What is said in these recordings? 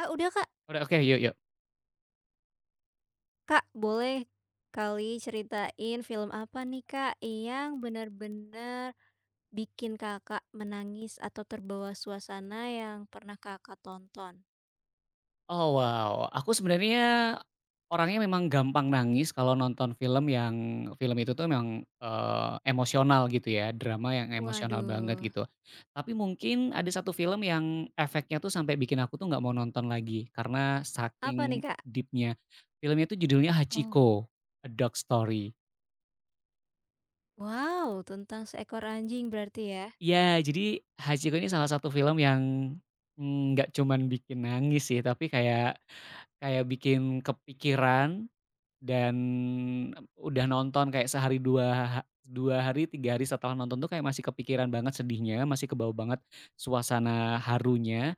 Kak udah, Kak. Udah oke, yuk yuk. Kak, boleh kali ceritain film apa nih, Kak, yang benar-benar bikin Kakak menangis atau terbawa suasana yang pernah Kakak tonton? Oh wow, aku sebenarnya orangnya memang gampang nangis kalau nonton film itu tuh memang, emosional gitu ya, drama yang emosional banget Waduh. gitu. Tapi mungkin ada satu film yang efeknya tuh sampai bikin aku tuh nggak mau nonton lagi karena Apa nih, saking Kak? deepnya. Filmnya tuh judulnya Oh, Hachiko: A Dog Story. wow, tentang seekor anjing berarti ya? Ya jadi Hachiko ini salah satu film yang, nggak cuman bikin nangis sih, tapi kayak kayak bikin kepikiran. Dan, udah nonton kayak sehari, 2 ha 2 hari, 3 hari setelah nonton tuh kayak masih kepikiran banget sedihnya, masih kebawa banget suasana harunya,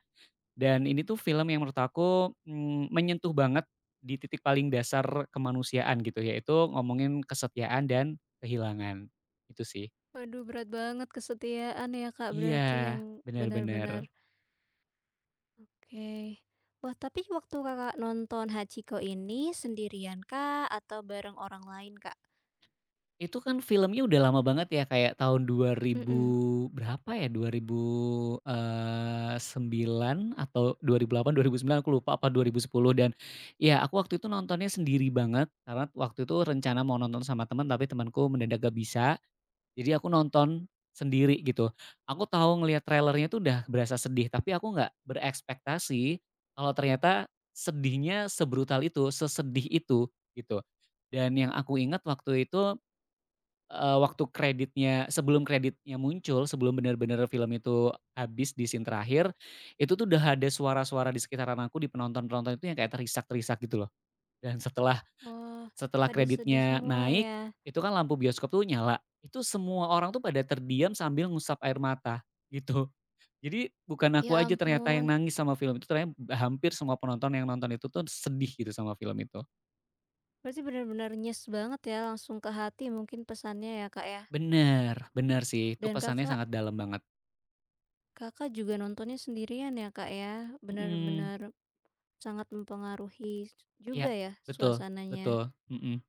dan ini tuh film yang menurut aku, menyentuh banget di titik paling dasar kemanusiaan gitu, yaitu ngomongin kesetiaan dan kehilangan, itu sih. Waduh, berat banget kesetiaan ya Kak, Iya, berarti yang benar-benar. benar-benar oke. Wah, tapi waktu Kakak nonton Hachiko ini sendirian kak atau bareng orang lain, Kak? Itu kan filmnya udah lama banget ya, kayak tahun 2000 Mhm. berapa ya, 2000, 9 atau 2008, 2009 aku lupa apa 2010. Dan ya, aku waktu itu nontonnya sendiri banget karena waktu itu rencana mau nonton sama teman tapi temanku mendadak gak bisa, jadi aku nonton sendiri gitu. Aku tahu ngelihat trailernya tuh udah berasa sedih tapi aku nggak berekspektasi kalau ternyata sedihnya sebrutal itu, sesedih itu gitu. Dan yang aku ingat waktu itu, waktu kreditnya, sebelum kreditnya muncul, sebelum benar-benar film itu habis di scene terakhir, itu tuh udah ada suara-suara di sekitaran aku, di penonton-penonton itu yang kayak terisak-terisak gitu loh. Dan setelah Wah, setelah pada sedih kreditnya semua naik, ya. itu kan lampu bioskop tuh nyala, itu semua orang tuh pada terdiam sambil ngusap air mata, gitu. Jadi bukan Ya aku aja ternyata ampun. yang nangis sama film itu, ternyata hampir semua penonton yang nonton itu tuh sedih gitu sama film itu. Berarti benar-benar nyes banget ya, langsung ke hati mungkin pesannya ya, Kak ya. Bener bener sih, itu Dan pesannya Kakak sangat dalam banget. Kakak juga nontonnya sendirian ya, Kak ya. Mhm. Benar-benar sangat mempengaruhi juga Iya, ya betul suasananya. betul, mhm,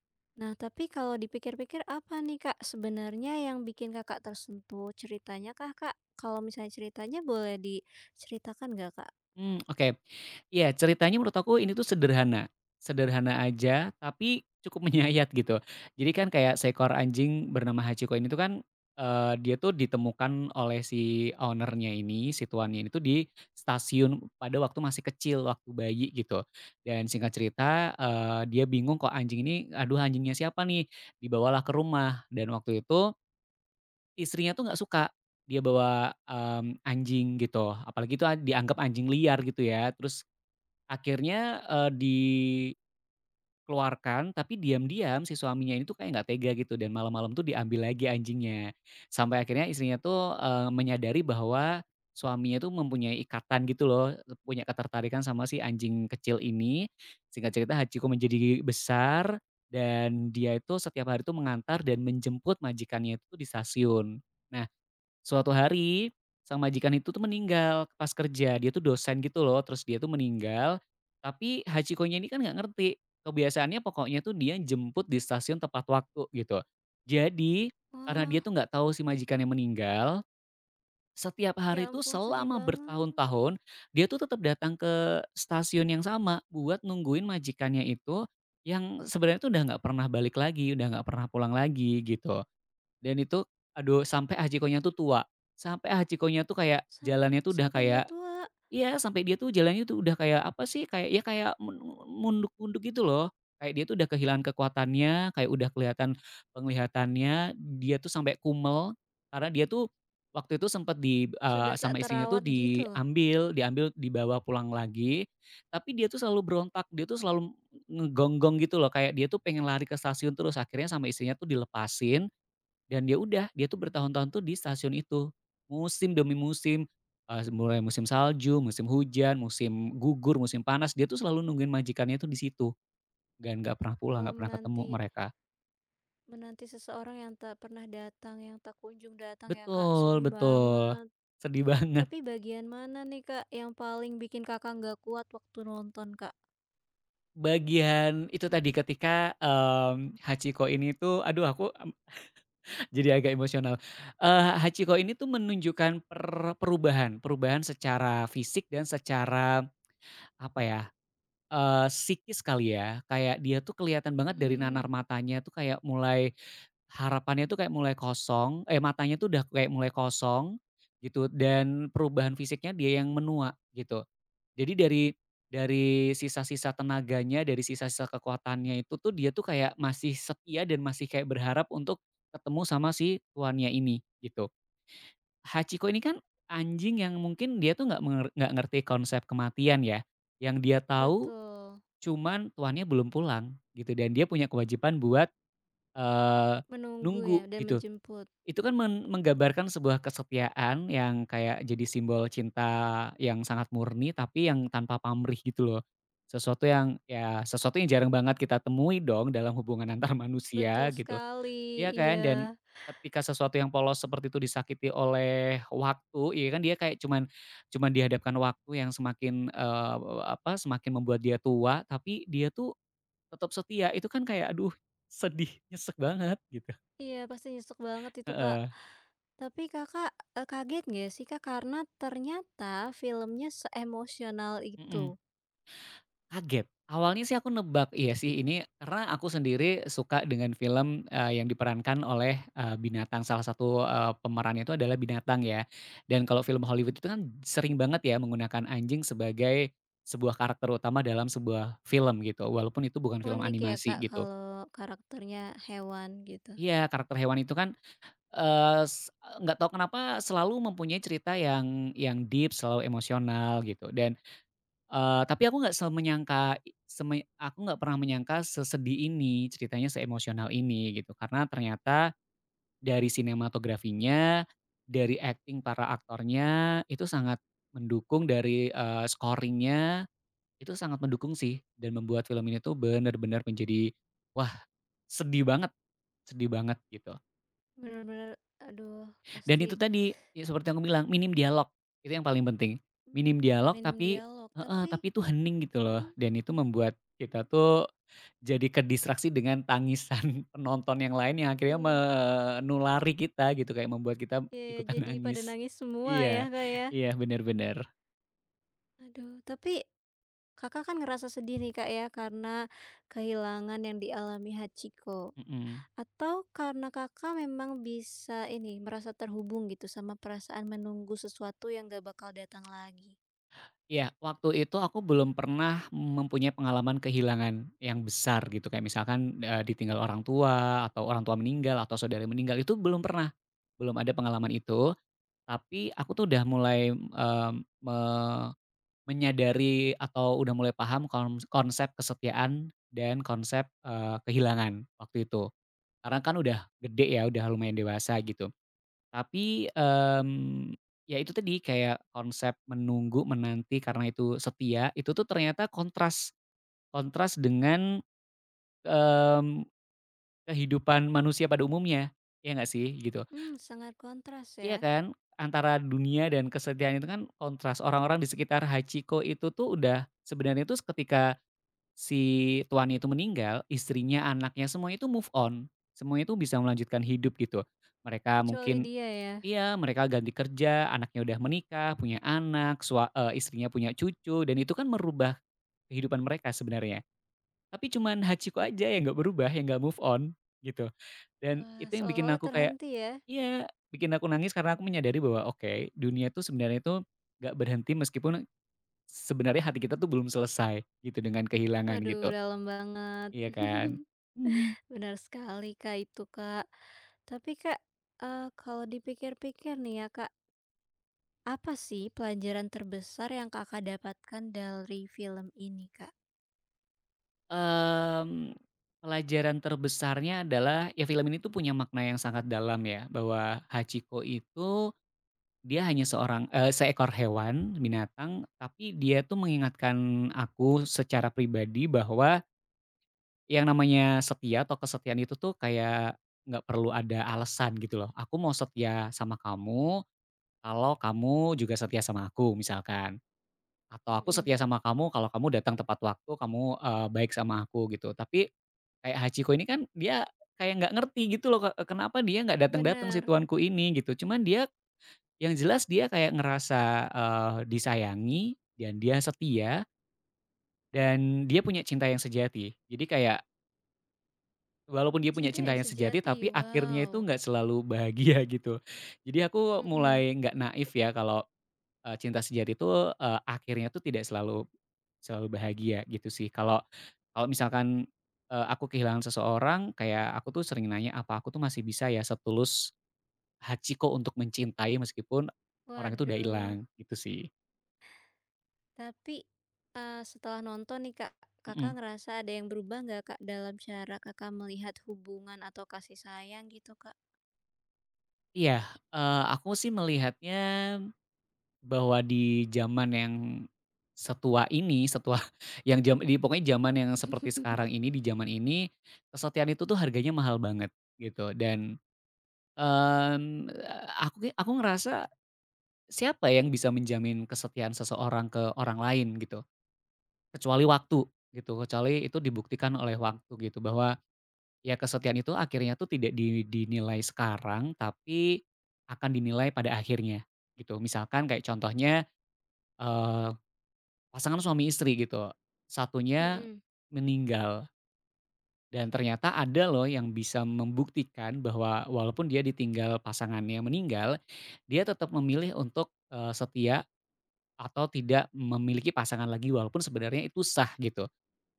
Nah, tapi kalau dipikir-pikir apa nih, Kak, sebenarnya yang bikin Kakak tersentuh? Ceritanya kak Kak? Kalau misalnya ceritanya boleh diceritakan nggak, Kak? Oke. Iya, ceritanya menurut aku ini tuh sederhana, sederhana aja tapi cukup menyayat gitu. Jadi kan kayak seekor anjing bernama Hachiko ini tuh kan, dia tuh ditemukan oleh si ownernya ini, si tuannya ini tuh di stasiun pada waktu masih kecil, waktu bayi gitu. Dan singkat cerita, dia bingung kok anjing ini, "Aduh, anjingnya siapa nih?" Dibawalah ke rumah dan waktu itu istrinya tuh nggak suka, dia bawa, anjing gitu, apalagi itu dianggap anjing liar gitu ya, terus akhirnya, dikeluarkan tapi diam-diam si suaminya ini tuh kayak nggak tega gitu dan malam-malam tuh diambil lagi anjingnya. Sampai akhirnya istrinya tuh, menyadari bahwa suaminya tuh mempunyai ikatan gitu loh, punya ketertarikan sama si anjing kecil ini. Singkat cerita Hachiko menjadi besar dan dia itu setiap hari tuh mengantar dan menjemput majikannya itu di stasiun. Nah, suatu hari, sang majikan itu tuh meninggal pas kerja, dia tuh dosen gitu loh, terus dia tuh meninggal, tapi Hachiko nya ini kan nggak ngerti. Kebiasaannya pokoknya tuh dia jemput di stasiun tepat waktu gitu. Jadi, karena dia Wah, tuh nggak tahu si majikannya meninggal, setiap ya hari tuh ampun, sedih selama banget. bertahun-tahun, dia tuh tetap datang ke stasiun yang sama buat nungguin majikannya itu yang sebenarnya tuh udah nggak pernah balik lagi, udah nggak pernah pulang lagi gitu. Dan itu, aduh, sampai Hachiko-nya tuh tua, sampai Hachiko-nya tuh kayak Sam- jalannya tuh udah sampai dia kayak, tua. iya, sampai dia tuh jalannya tuh udah kayak apa sih, kayak ya kayak munduk-munduk gitu loh. Kayak dia tuh udah kehilangan kekuatannya, kayak udah kelihatan penglihatannya, dia tuh sampai kumel karena dia tuh waktu itu sempat Sudah tak sama istrinya tuh terawat gitu, diambil diambil dibawa pulang lagi, tapi dia tuh selalu berontak, dia tuh selalu ngegonggong gitu loh, kayak dia tuh pengen lari ke stasiun terus, akhirnya sama istrinya tuh dilepasin dan dia udah, dia tuh bertahun-tahun tuh di stasiun itu. Musim demi musim, mulai musim salju, musim hujan, musim gugur, musim panas, dia tuh selalu nungguin majikannya tuh di situ, dan nggak pernah pulang, nggak pernah ketemu menanti mereka. menanti seseorang yang tak pernah datang, yang tak kunjung datang ya, Kak, Betul sedih betul, banget. sedih banget. Tapi bagian mana nih, Kak, yang paling bikin Kakak nggak kuat waktu nonton, Kak? Bagian itu tadi ketika, Hachiko ini tuh, aduh, aku, jadi agak emosional. Hachiko ini tuh menunjukkan perubahan perubahan secara fisik dan secara, apa ya, psikis kali ya, kayak dia tuh kelihatan banget dari Mmm, nanar matanya tuh kayak mulai harapannya tuh kayak mulai kosong, eh, matanya tuh udah kayak mulai kosong gitu dan perubahan fisiknya dia yang menua gitu. Jadi dari sisa-sisa tenaganya, dari sisa-sisa kekuatannya itu tuh dia tuh kayak masih setia dan masih kayak berharap untuk ketemu sama si tuannya ini gitu. Hachiko ini kan anjing yang mungkin dia tuh nggak ngerti konsep kematian ya, yang dia tahu betul, cuman tuannya belum pulang gitu dan dia punya kewajiban buat, eee, menunggu ya nunggu dan gitu. menjemput. Itu kan menggambarkan sebuah kesetiaan yang kayak jadi simbol cinta yang sangat murni tapi yang tanpa pamrih gitu loh. Sesuatu yang jarang banget kita temui dong dalam hubungan antar Betul manusia gitu, sekali, iya kan? Dan iya. ketika sesuatu yang polos seperti itu disakiti oleh waktu, iya kan dia kayak cuman cuman dihadapkan waktu yang semakin, apa, semakin membuat dia tua tapi dia tuh tetap setia, itu kan kayak aduh, sedih, nyesek banget gitu. Iya, pasti nyesek banget itu, Kak. Heeh, Tapi Kakak, kaget nggak sih, Kak, karena ternyata filmnya seemosional itu? mhm, kaget. Awalnya sih aku nebak, iya sih ini karena aku sendiri suka dengan film, yang diperankan oleh, binatang. Salah satu, pemerannya itu adalah binatang ya. Dan kalau film Hollywood itu kan sering banget ya menggunakan anjing sebagai sebuah karakter utama dalam sebuah film gitu, walaupun itu bukan film Unik ya animasi Kak, gitu. kalau karakternya hewan gitu. Iya, karakter hewan itu kan Eee, s nggak tahu kenapa selalu mempunyai cerita yang deep, selalu emosional gitu dan, tapi aku nggak pernah menyangka sesedih ini, ceritanya seemosional ini gitu. Karena ternyata dari sinematografinya, dari acting para aktornya, itu sangat mendukung dari, scoring itu sangat mendukung sih dan membuat film ini tuh benar-benar menjadi, wah, sedih banget sedih banget gitu. Bener-bener aduh Dan pasti, itu tadi, ya seperti yang aku bilang, minim dialog, itu yang paling penting. Minim mmm, dialog minim tapi, dialog heeh, tapi tapi itu hening gitu loh, mhm, dan itu membuat kita tuh jadi kedistraksi dengan tangisan penonton yang lain yang akhirnya mmm, menulari kita gitu, kayak membuat kita iya iya, ikutan jadi pada nangis. nangis semua ya Iya Kak ya? iya, benar-benar. Aduh, tapi Kakak kan ngerasa sedih nih Kak ya karena kehilangan yang dialami Hachiko, atau karena Kakak memang bisa ini, merasa terhubung gitu sama perasaan menunggu sesuatu yang gak bakal datang lagi? Iya, waktu itu aku belum pernah mempunyai pengalaman kehilangan yang besar gitu, kayak misalkan, ditinggal orang tua, atau orang tua meninggal, atau saudara meninggal, itu belum pernah. Belum ada pengalaman itu, tapi aku tuh udah mulai, eee, me menyadari atau udah mulai paham konsep kesetiaan dan konsep, kehilangan waktu itu. Karena kan udah gede ya, udah lumayan dewasa gitu. Tapi, ya itu tadi kayak konsep menunggu, menanti karena itu setia, itu tuh ternyata kontras, kontras dengan, mmm, kehidupan manusia pada umumnya, ya nggak sih? Gitu. Mmm, sangat kontras Iya ya, kan? Antara dunia dan kesetiaan itu kan kontras, orang-orang di sekitar Hachiko itu tuh udah sebenarnya tuh ketika si tuan itu meninggal, istrinya, anaknya, semua itu move on, semuanya itu bisa melanjutkan hidup gitu. Mereka kecuali mungkin. dia ya. Iya, mereka ganti kerja, anaknya udah menikah, punya anak, istrinya punya cucu, dan itu kan merubah kehidupan mereka sebenarnya. Tapi cuman Hachiko aja yang nggak berubah, yang nggak move on, gitu. Dan Wah, itu yang bikin seolah-olah aku kayak, terhenti ya? iya, bikin aku nangis karena aku menyadari bahwa oke, dunia tuh sebenarnya itu nggak berhenti meskipun sebenarnya hati kita tuh belum selesai gitu dengan kehilangan Waduh, gitu, dalam banget. iya kan? Mhm. Benar sekali, Kak, itu, Kak. Tapi, Kak, kalau dipikir-pikir nih ya, Kak, apa sih pelajaran terbesar yang Kakak dapatkan dari film ini, Kak? Mmm, Pelajaran terbesarnya adalah ya film ini tuh punya makna yang sangat dalam ya, bahwa Hachiko itu dia hanya seorang seekor hewan, binatang, tapi dia tuh mengingatkan aku secara pribadi bahwa yang namanya setia atau kesetiaan itu tuh kayak nggak perlu ada alasan gitu loh. Aku mau setia sama kamu kalau kamu juga setia sama aku misalkan. Atau aku setia Mhm, sama kamu kalau kamu datang tepat waktu, kamu, baik sama aku gitu. Tapi kayak Hachiko ini kan dia kayak nggak ngerti gitu loh, kenapa dia nggak datang-datang si benar, tuanku ini gitu. Cuman dia yang jelas dia kayak ngerasa, disayangi dan dia setia dan dia punya cinta yang sejati. Jadi kayak walaupun dia punya cinta cinta yang yang sejati sejati, tapi akhirnya wow, itu nggak selalu bahagia gitu. Jadi aku mhm, mulai nggak naif ya kalau cinta sejati itu, akhirnya tuh tidak selalu selalu bahagia gitu sih. Kalau kalau misalkan, aku kehilangan seseorang, kayak aku tuh sering nanya, "Apa aku tuh masih bisa ya setulus Hachiko untuk mencintai meskipun orang itu udah waduh. hilang?" Gitu sih. Tapi, setelah nonton nih, Kak, Kakak Mhm. ngerasa ada yang berubah nggak, Kak, dalam cara Kakak melihat hubungan atau kasih sayang gitu, Kak? Iya, aku sih melihatnya bahwa di zaman yang setua ini, setua yang jam di pokoknya zaman yang seperti sekarang ini, di zaman ini, kesetiaan itu tuh harganya mahal banget gitu dan, Mmm, aku ngerasa siapa yang bisa menjamin kesetiaan seseorang ke orang lain gitu, kecuali waktu gitu, kecuali itu dibuktikan oleh waktu gitu bahwa ya kesetiaan itu akhirnya tuh tidak dinilai sekarang, tapi akan dinilai pada akhirnya gitu. Misalkan kayak contohnya, eee, pasangan suami istri gitu, satunya Mhm meninggal dan ternyata ada loh yang bisa membuktikan bahwa walaupun dia ditinggal pasangannya meninggal, dia tetap memilih untuk, setia atau tidak memiliki pasangan lagi walaupun sebenarnya itu sah gitu,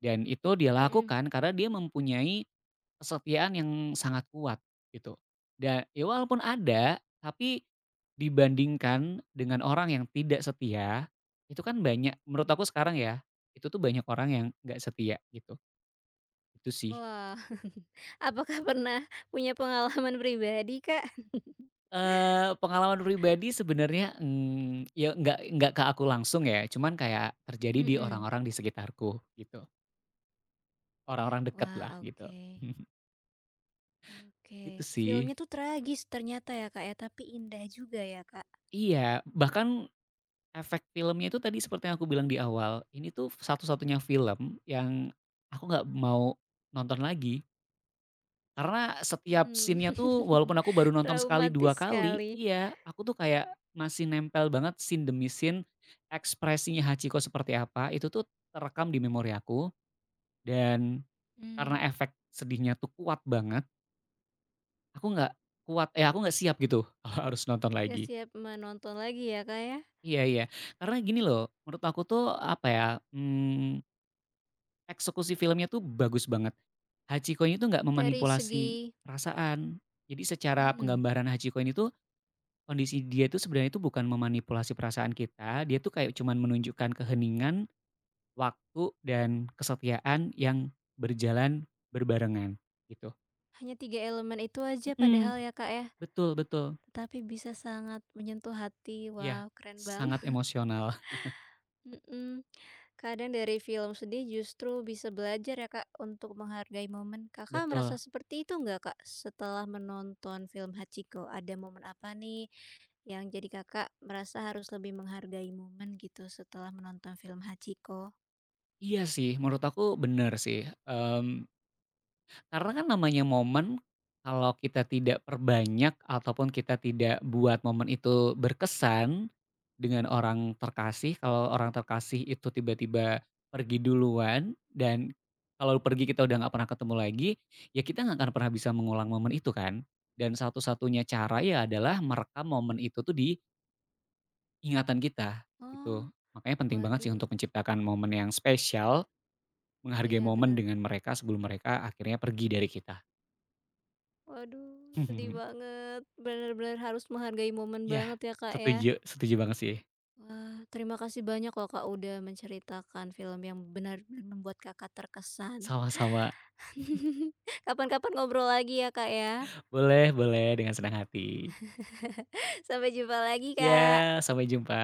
dan itu dia mhm. lakukan karena dia mempunyai kesetiaan yang sangat kuat gitu. Dan ya walaupun ada, tapi dibandingkan dengan orang yang tidak setia, itu kan banyak menurut aku sekarang ya, itu tuh banyak orang yang nggak setia gitu, itu sih. Wah, apakah pernah punya pengalaman pribadi, Kak? Pengalaman pribadi sebenarnya, ya nggak ke aku langsung ya, cuman kayak terjadi di Mhm. orang-orang di sekitarku gitu, orang-orang Wah, dekatlah gitu. oke oke. Itu sih. Filmnya tuh tragis ternyata ya, Kak, ya, tapi indah juga ya, Kak? Iya, bahkan efek filmnya itu tadi seperti yang aku bilang di awal, ini tuh satu-satunya film yang aku nggak mau nonton lagi. Karena setiap Mmm, scene-nya tuh walaupun aku baru nonton sekali, traumatis 2 kali sekali. iya, aku tuh kayak masih nempel banget scene demi scene, ekspresinya Hachiko seperti apa, itu tuh terekam di memori aku dan Mmm, karena efek sedihnya tuh kuat banget, aku nggak kuat, eh, aku nggak siap gitu kalau harus nonton nggak lagi. siap menonton lagi ya, Kak, ya? Iya iya, karena gini loh, menurut aku tuh apa ya, mmm, eksekusi filmnya tuh bagus banget. Hachiko ini tuh nggak Dari memanipulasi segi perasaan. Jadi secara mmm, penggambaran Hachiko ini tuh Kondisi dia itu sebenarnya itu bukan memanipulasi perasaan kita, dia tuh kayak cuman menunjukkan keheningan, waktu, dan kesetiaan yang berjalan berbarengan, gitu. hanya tiga elemen itu aja Mhm, padahal ya, Kak, ya, betul betul. tetapi bisa sangat menyentuh hati. Iya, Wow, keren banget. sangat emosional. Mhm. Kadang dari film sedih justru bisa belajar ya Kak, untuk menghargai momen. Kakak merasa Betul. seperti itu nggak Kak, setelah menonton film Hachiko? Ada momen apa nih, yang jadi Kakak merasa harus lebih menghargai momen gitu setelah menonton film Hachiko? Iya sih, menurut aku bener sih, karena kan namanya momen, kalau kita tidak perbanyak ataupun kita tidak buat momen itu berkesan dengan orang terkasih, kalau orang terkasih itu tiba-tiba pergi duluan dan kalau pergi kita udah nggak pernah ketemu lagi, ya kita nggak akan pernah bisa mengulang momen itu kan. Dan satu-satunya cara ya adalah merekam momen itu tuh di ingatan kita gitu. Oh, Makanya penting banget sih waduh, untuk menciptakan momen yang spesial, menghargai iya momen bener. dengan mereka sebelum mereka akhirnya pergi dari kita. Waduh, sedih banget. Bener-bener harus menghargai momen Iya, banget ya Kak ya. setuju setuju banget sih. Wah, terima kasih banyak loh Kak, udah menceritakan film yang benar-benar membuat Kakak terkesan. Sama-sama. Kapan-kapan ngobrol lagi ya, Kak, ya. Boleh boleh, dengan senang hati. Sampai jumpa lagi, Iya, Kak. sampai jumpa.